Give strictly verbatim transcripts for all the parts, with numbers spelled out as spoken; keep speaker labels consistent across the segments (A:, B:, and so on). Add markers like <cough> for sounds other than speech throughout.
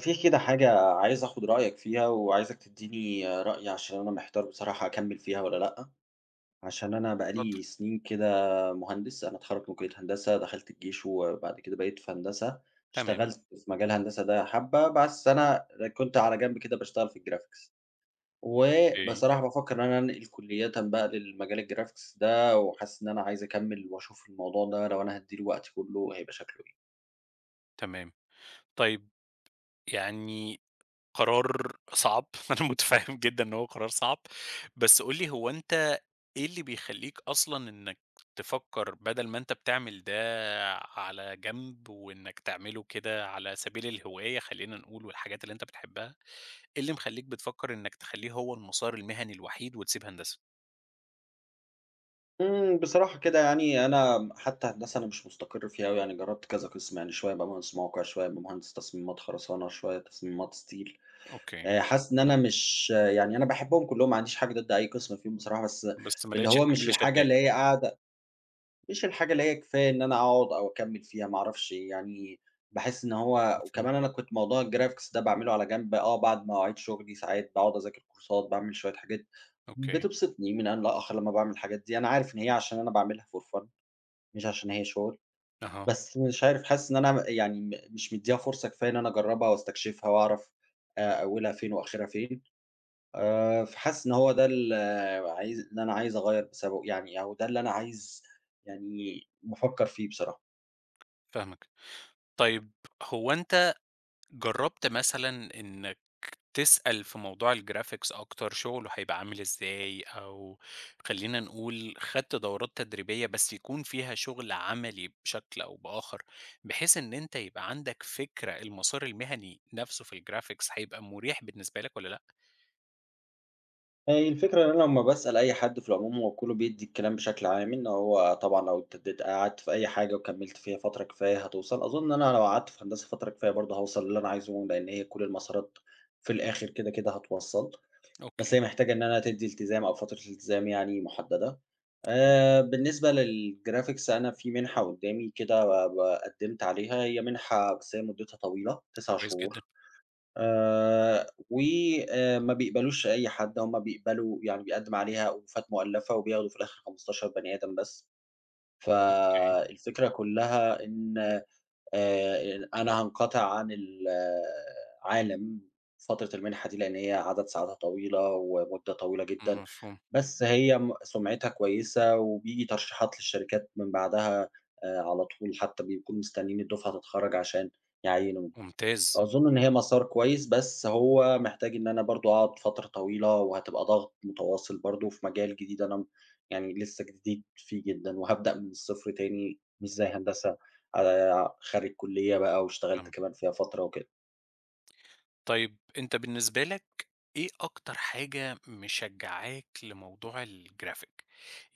A: في كده حاجة عايز آخد رأيك فيها، وعايزك تدّيني رأي عشان أنا محتار بصراحة أكمّل فيها والّا لأ، عشان أنا بقى
B: اتفضل.
A: لي سنين كده مهندس. أنا اتخرّجت من كلية هندسة، دخلت الجيش وبعد كده بقيت في هندسة،
B: تمام،
A: اشتغلت في مجال هندسة ده حبّة، بس أنا كنت على جنب كده باشتغل في الgraphics.
B: أوكي،
A: وبصراحة بافكّر إن أنا أنقل كُلّيةً بقى للمجال الgraphics ده، وحاسس إن أنا عايز أكمّل وأشوف الموضوع ده لو أنا هادّي له وقتي كُلّه هيبقى شكله إيه.
B: تمام. طيب، يعني قرار صعب، <laughs> أنا متفهم جدًا إن هو قرار صعب، بس قُل لي، هو أنت إيه اللي بيخلّيك أصلًا إنك تفكّر بدل ما أنت بتعمل ده على جنب، وإنك تعمله كده على سبيل الهواية، خلّينا نقول، والحاجات اللي أنت بتحبها؟ إيه اللي مخلّيك بتفكّر إنك تخلّيه هو المسار المهني الوحيد وتسيب هندسة؟
A: إمم، بصراحة كده يعني أنا حتى هندسة أنا مش مستقر فيها أوي، يعني جرّبت كذا قسم، يعني شوية أبقى مهندس موقع، شوية أبقى مهندس تصميمات خرسانة، شوية تصميمات ستيل.
B: أوكي،
A: آآ حاسس إن أنا مش، يعني أنا باحبهم كلّهم، ما عنديش حاجة ضد أي قسم فيهم بصراحة، بس
B: بس ما
A: اللي
B: لقيتش
A: هو
B: الحاجة
A: مش
B: اللي
A: الحاجة اللي
B: شدّاك.
A: هي قاعدة، مش الحاجة اللي هي كفاية إن أنا أقعد أو أكمّل فيها ما أعرفش يعني. باحس إن هو
B: <laughs> اهم،
A: وكمان أنا كنت موضوع الgraphics ده باعمله على جنب، آه، بعد مواعيد شغلي ساعات باقعد أذاكر كورسات، باعمل شوية حاجات
B: أوكي،
A: بتبسطني من آن لآخر لمّا باعمل الحاجات دي. أنا عارف إن هي عشان أنا باعملها for fun مش عشان هي شغل،
B: أها،
A: بس مش عارف، حاسس إن أنا م يعني م مش مدّيها فرصة كفاية إن أنا أجرّبها واستكشفها وأعرف آآ أولها فين وآخرها فين. آآ، فحاسس إن هو ده ال آه، عايز اللي أنا عايز أغيّر بسببه يعني، أو ده اللي أنا عايز يعني بافكّر فيه بصراحة.
B: فاهمك. طيب، هو أنت جرّبت مثلًا إنك تسأل في موضوع الgraphics أكتر، شغله هيبقى عامل إزاي؟ أو خلّينا نقول، خدت دورات تدريبية بس يكون فيها شغل عملي بشكل أو بآخر، بحيث إن أنت يبقى عندك فكرة المسار المهني نفسه في الgraphics هيبقى مريح بالنسبة لك والّا لأ؟
A: هي الفكرة إن أنا لمّا باسأل أي حد في العموم هو كلّه بيدّي الكلام بشكل عام، إن هو طبعًا لو اتدّيت قعدت في أي حاجة وكمّلت فيها فترة كفاية هتوصل. أظن إن أنا لو قعدت في هندسة فترة كفاية برضه هاوصل للي أنا عايزه، لإن هي كل المسارات في الآخر كده، كده هتوصّل. بس
B: أوكي،
A: هي محتاجة إن أنا تدّي التزام أو فترة التزام يعني مُحددة.
B: تمام،
A: آآ بالنسبة للgraphics أنا في منحة قُدّامي كده ب ب- قدّمت عليها، هي منحة بس هي مُدّتها طويلة 9
B: كويس
A: شهور،
B: جدًا،
A: آآ و آآ ما بيقبلوش أي حد، هم بيقبلوا يعني بيقدّم عليها ألوفات مؤلّفة وبياخدوا في الآخر خمستاشر بني آدم بني آدم بس.
B: أوكي،
A: فالفكرة كُلّها إن آآ أنا هانقطع عن العالم فترة المنحة دي، لإن هي عدد ساعاتها طويلة ومدة طويلة جدًا.
B: مفهوم،
A: بس هي م سُمعتها كويسة وبييجي ترشيحات للشركات من بعدها آآ على طول، حتى بيكونوا مستنيين الدفعة تتخرّج عشان يعيّنوا.
B: ممتاز.
A: أظن إن هي مسار كويس، بس هو محتاج إن أنا برضه أقعد فترة طويلة، وهتبقى ضغط متواصل برضه في مجال جديد أنا م يعني لسه جديد فيه جدًا، وهابدأ من الصفر تاني مش زي هندسة. آآ، خارج كلية بقى واشتغلت كمان فيها فترة وكده.
B: طيب، أنت بالنسبة لك إيه أكتر حاجة مشجعاك لموضوع الجرافيك؟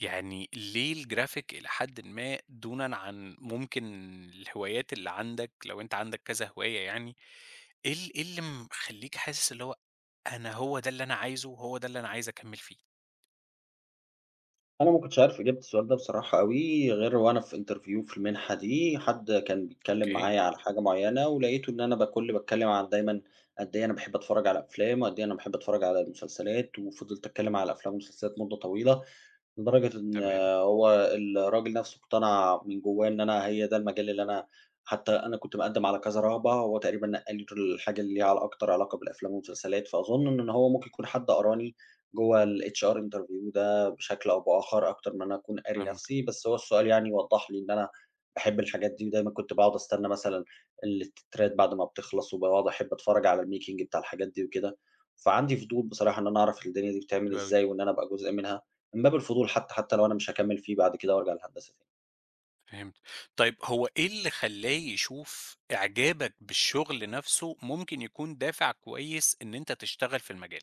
B: يعني ليه الجرافيك إلى حدٍ ما دونًا عن ممكن الهوايات اللي عندك، لو أنت عندك كذا هواية يعني، إيه ال إيه اللي مخلّيك حاسس اللي هو أنا هو ده اللي أنا عايزه وهو ده اللي أنا عايز أكمّل فيه؟
A: أنا ما كنتش عارف إجابة السؤال ده بصراحة أوي، غير وأنا في interview في المنحة دي، حد كان بيتكلم
B: أوكي،
A: معايا على حاجة معينة، ولقيته إن أنا باكل باتكلم عن دايمًا قد إيه أنا باحب أتفرج على أفلام، وقد إيه أنا باحب أتفرج على المسلسلات، وفضلت أتكلم على الأفلام والمسلسلات مدة طويلة. لدرجة إن
B: تمام،
A: هو الراجل نفسه اقتنع من جوّاه إن أنا هي ده المجال اللي أنا، حتى أنا كنت مقدّم على كذا رهبة، هو تقريبًا نقّى لي دول الحاجة اللي ليها عل أكتر علاقة بالأفلام والمسلسلات. فأظن إن هو ممكن يكون حد قراني جوّه الHR interview ده بشكل أو بآخر أكتر ما أنا أكون قاري
B: فاهمك،
A: نفسي، بس هو السؤال يعني وضّح لي إن أنا باحب الحاجات دي، ودايمًا كنت باقعد أستنى مثلًا التترات بعد ما بتخلص، وباقعد أحب أتفرّج على الmaking بتاع الحاجات دي وكده. فعندي فضول بصراحة إن أنا أعرف الدنيا دي بتتعمل
B: حلو أوي،
A: إزاي، وإن أنا أبقى جزء منها. من باب الفضول حتى، حتى لو أنا مش هاكمّل فيه بعد كده وأرجع للهندسة تاني.
B: فهمت. طيب، هو إيه اللي خلّاه يشوف إعجابك بالشغل نفسه ممكن يكون دافع كويس إن أنت تشتغل في المجال؟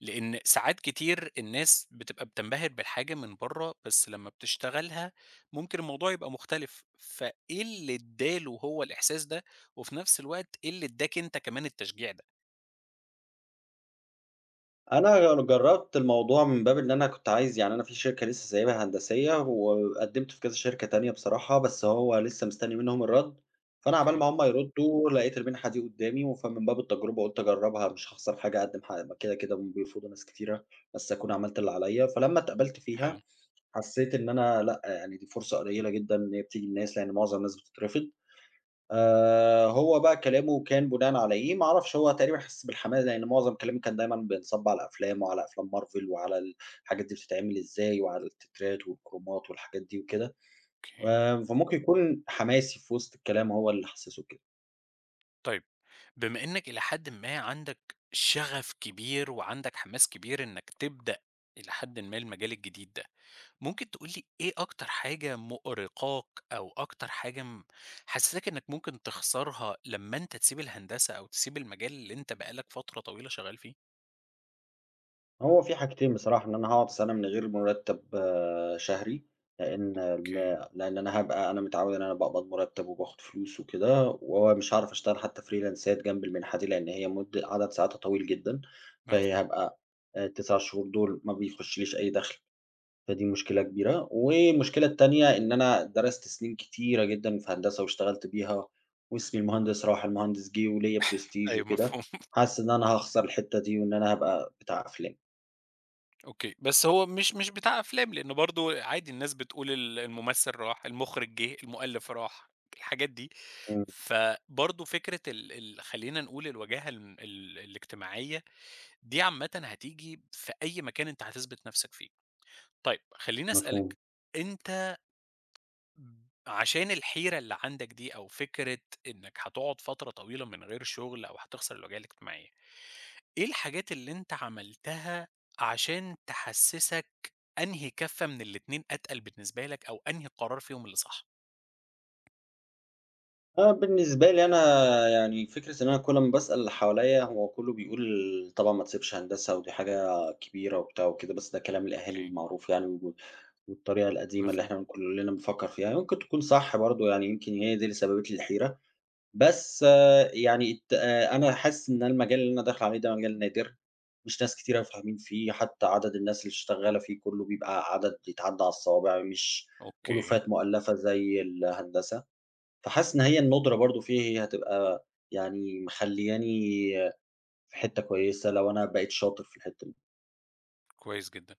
B: لإن ساعات كتير الناس بتبقى بتنبهر بالحاجة من برّه، بس لمّا بتشتغلها ممكن الموضوع يبقى مختلف، فإيه اللي ادّاله هو الإحساس ده، وفي نفس الوقت إيه اللي ادّاك أنت كمان التشجيع ده؟
A: أنا جرّبت الموضوع من باب إن أنا كنت عايز، يعني أنا في شركة لسه سايبها هندسية وقدّمت في كذا شركة تانية بصراحة، بس هو لسه مستني منهم الرَّد. فأنا عقبال
B: أوكي،
A: ما هم يردّوا لقيت المنحة دي قدّامي، و فمن باب التجربة قُلت أجرّبها، مش هاخسر حاجة، أقدّم ح كده، كده هم بيرفضوا ناس كتيرة، بس أكون عملت اللي عليّا. فلمّا اتقبلت
B: حلو،
A: فيها حسّيت إن أنا لأ، يعني دي فرصة قليّلة جدًا إن هي بتيجي للناس، لإن معظم الناس بتترفض. آآ هو بقى كلامه كان بناءً على إيه، ما أعرفش، هو تقريبًا حِس بالحماس، لإن معظم كلامي كان دايمًا بينصب على الأفلام وعلى أفلام Marvel وعلى الحاجات دي بتتعمل إزاي وعلى التترات والكرومات والحاجات دي وكده.
B: أوكي.
A: آآ فممكن يكون حماسي في وسط الكلام هو اللي حسّسه بكده.
B: طيب، بما إنّك إلى حدٍ ما عندك شغف كبير وعندك حماس كبير إنّك تبدأ إلى حدٍ ما المجال الجديد ده، ممكن تقول لي إيه أكتر حاجة مؤرقاك أو أكتر حاجة م حسّساك إنّك ممكن تخسرها لمّا أنت تسيب الهندسة أو تسيب المجال اللي أنت بقى لك فترة طويلة شغّال فيه؟
A: هو في حاجتين بصراحة، إن أنا هاقعد سَنة من غير مرتّب آه، شهري، لإن الم
B: أوكي،
A: لإن أنا هابقى أنا متعوّد إن أنا باقبض مرتّب وباخد فلوس وكده، ومش هاعرف أشتغل حتى فريلانسات جنب المنحة دي، لإن هي مدة عدد ساعاتها طويل جدًا. فهي
B: مفهوم.
A: هابقى آآ التسعة شهور دول ما بيخشّليش أي دخْل، فدي مشكلة كبيرة. والمشكلة التانية إن أنا درست سنين كتيرة جدًا في هندسة واشتغلت بيها، واسمي المهندس راح، المهندس جِه، وليّا prestige
B: أيوه،
A: وكده،
B: مفهوم. <laughs>
A: حاسس إن أنا هاخسر الحتّة دي وإن أنا هابقى بتاع أفلام.
B: أوكي. بس هو مش مش بتاع أفلام، لإنه برضه عادي الناس بتقول ال الممثل راح، المُخرج جِه، المؤلِّف راح، الحاجات دي.
A: إمم.
B: فبرضه فكرة ال ال خلّينا نقول الواجهة ال ال الاجتماعية، دي عامةً هتيجي في أي مكان أنت هتثبت نَفْسك فيه. طيب، خلّيني
A: مفهوم.
B: أسألك، أنت ب عشان الحيرة اللي عندك دي، أو فكرة إنك هتقعد فترة طويلة من غير شغل، أو هتخسر الوجهة الاجتماعية، إيه الحاجات اللي أنت عملتها عشان تحسّسك أنهي كَفّة من الاتنين أتقل بالنسبة لك، أو أنهي قرار فيهم اللي صح؟
A: آه، بالنسبة لي أنا، يعني فكرة إن أنا كل ما باسأل اللي حواليّا هو كله بيقول طبعًا ما تسيبش هندسة ودي حاجة كبيرة وبتاع وكده، بس ده كلام الأهالي
B: أوكي،
A: المعروف يعني و والطريقة القديمة اللي
B: مفهوم.
A: إحنا كلنا بنفكّر فيها، ممكن تكون صح برضه يعني، يمكن هي دي اللي سببت لي الحيرة. بس آه، يعني الت آه، أنا حاسس إن المجال اللي أنا داخل عليه ده مجال نادر، مش ناس كتيرة فاهمين فيه، حتى عدد الناس اللي شغّالة فيه كله بيبقى عدد يتعدّى على الصوابع، مش
B: أوكي،
A: ألوفات مؤلفة زي الهندسة. فحاسس إن هي الندرة برضه فيه هي هتبقى يعني مخلّياني في حتّة كويسة لو أنا بقيت شاطر في الحتّة دي.
B: كويس جدًا.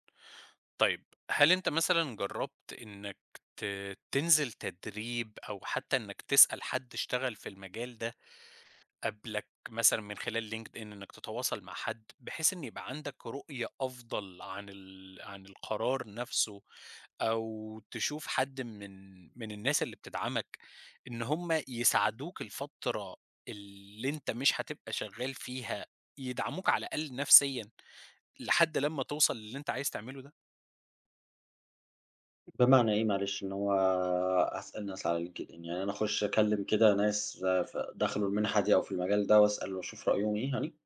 B: طيب، هل أنت مثلًا جرّبت إنك ت تنزل تدريب، أو حتّى إنك تسأل حد اشتغل في المجال ده قبلك، مثلًا من خلال LinkedIn، إنك تتواصل مع حد، بحيث إن يبقى عندك رؤية أفضل عن ال عن القرار نفسه، أو تشوف حد من من الناس اللي بتدعمك، إن هم يساعدوك الفترة اللي أنت مش هتبقى شغال فيها، يدعموك على الأقل نفسيًا، لحد لمّا توصل للي أنت عايز تعمله ده.
A: بمعنى إيه معلش؟ إن هو أسأل ناس على LinkedIn، يعني أنا أخُش أكلّم كده ناس ف دخلوا المنحة دي أو في المجال ده وأسأل وأشوف رأيهم إيه يعني؟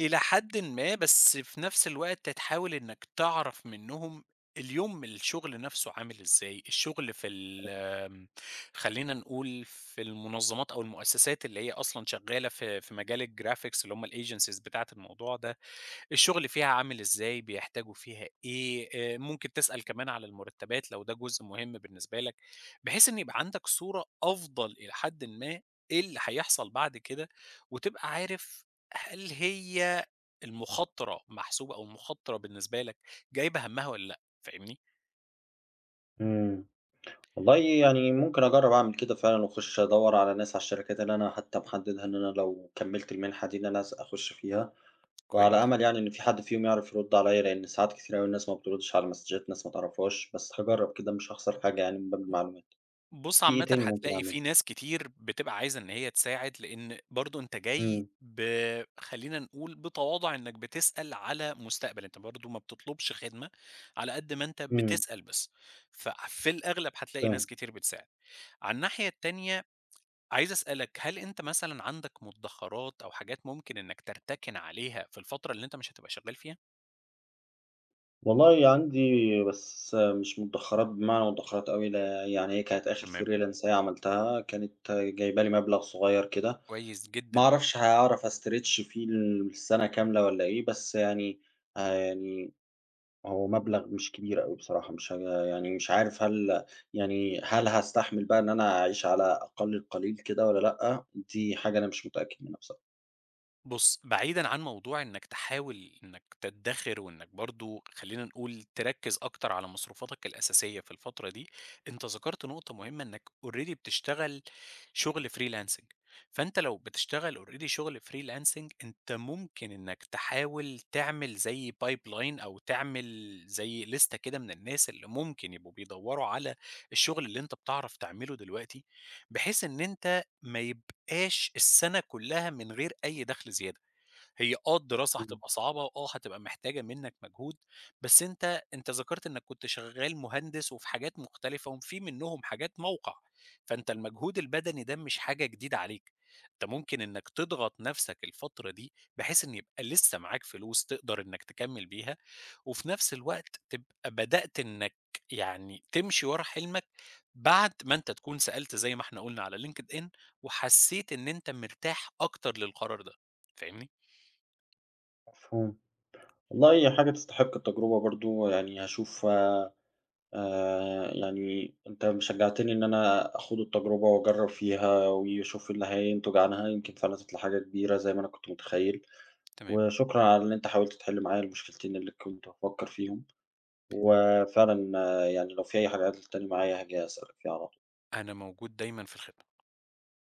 B: إلى حدٍ ما، بس في نفس الوقت هتحاول إنك تعرف منّهم اليوم الشغل نفسه عامل إزاي. الشغل في ال آمم، خلّينا نقول في المنظمات أو المؤسسات اللي هي أصلًا شغّالة في في مجال الgraphics، اللي هم الagencies بتاعة الموضوع ده، الشغل فيها عامل إزاي؟ بيحتاجوا فيها إيه؟ آآ ممكن تسأل كمان على المرتبات لو ده جزء مهم بالنسبة لك، بحيث إن يبقى عندك صورة أفضل إلى حدٍ ما إيه اللي هيحصل بعد كده، وتبقى عارف هل هي المخاطرة محسوبة، أو المخاطرة بالنسبة لك جايبة همّها والّا لأ، فاهمني؟
A: إمم، والله يعني ممكن أجرّب أعمل كده فعلًا وأخُش أدوّر على ناس على الشركات اللي أنا حتّى محددها إن أنا لو كمّلت المنحة دي إن أنا أس أخُش فيها. وعلى
B: كويس.
A: أمل يعني إن في حد فيهم يعرف يرد عليّا، لإن ساعات كتير أوي الناس ما بتردش على مسدجات ناس ما تعرفهاش، بس هاجرّب كده، مش هاخسر حاجة يعني من باب المعلومات.
B: بُص،
A: في إيه
B: عامةً
A: تاني ممكن
B: هتلاقي
A: أعمله؟
B: في ناس كتير بتبقى عايزة إن هي تساعد، لإن برضه أنت جاي
A: إمم.
B: ب خلّينا نقول بتواضع، إنك بتسأل على مستقبل، أنت برضه ما بتطلبش خدمة على قد ما أنت
A: إمم.
B: بتسأل بس، ففي الأغلب هتلاقي ناس
A: فاهم.
B: كتير بتساعد. على الناحية التانية، عايز أسألك، هل أنت مثلًا عندك مدخرات أو حاجات ممكن إنك ترتكن عليها في الفترة اللي أنت مش هتبقى شغال فيها؟
A: والله عندي، بس مش مدخرات بمعنى مدخرات أوي، لا يعني هي كانت آخر
B: تمام،
A: freelance هي عملتها كانت جايبة لي مبلغ صغير كده.
B: كويس
A: ما
B: جدًا.
A: أعرفش هاعرف أstretch فيه السنة كاملة والّا إيه، بس يعني آآ يعني هو مبلغ مش كبير أوي بصراحة، مش ه يعني مش عارف هل يعني هل هاستحمل بقى إن أنا أعيش على أقل القليل كده والّا لأ، دي حاجة أنا مش متأكد منها بصراحة.
B: بُص، بعيدًا عن موضوع إنك تحاول إنك تدّخر، وإنك برضه خلّينا نقول تركّز أكتر على مصروفاتك الأساسية في الفترة دي، أنت ذكرت نقطة مهمة، إنك already بتشتغل شغل freelancing، فأنت لو بتشتغل already شغل freelancing، أنت ممكن إنك تحاول تعمل زي pipeline، أو تعمل زي لِستة كده من الناس اللي ممكن يبقوا بيدوّروا على الشغل اللي أنت بتعرف تعمله دلوقتي، بحيث إن أنت ما يب عاش السنة كلّها من غير أي دخل زيادة. هي آه الدراسة
A: إمم.
B: هتبقى صعبة، وآه هتبقى محتاجة منّك مجهود، بس أنت أنت ذكرت إنّك كنت شغّال مهندس وفي حاجات مختلفة وفي منّهم حاجات موقع، فأنت المجهود البدني ده مش حاجة جديدة عليك، أنت ممكن إنّك تضغط نَفْسك الفترة دي، بحيث إن يبقى لسّه معاك فلوس تقدر إنّك تكمّل بيها، وفي نَفْس الوقت تبقى بدأت إنّك يعني تمشي ورا حلمك، بعد ما أنت تكون سألت زي ما إحنا قُلنا على LinkedIn، وحسّيت إن أنت مرتاح أكتر للقرار ده، فاهمني؟
A: مفهوم. والله هي حاجة تستحق التجربة برضه، يعني هاشوف. آآ يعني أنت شجّعتني إن أنا آخُد التجربة وأجرّب فيها وأشوف إيه اللي هينتج عنها، يمكن فعلًا تطلع حاجة كبيرة زي ما أنا كنت متخيّل،
B: تمام.
A: وشكرًا على إن أنت حاولت تحِل معايا المشكلتين اللي كنت بافكّر فيهم. وفعلًا آه، يعني لو في أي حاجات تاني معايا هاجي أسألك فيها على طول.
B: أنا موجود دايمًا في الخدمة.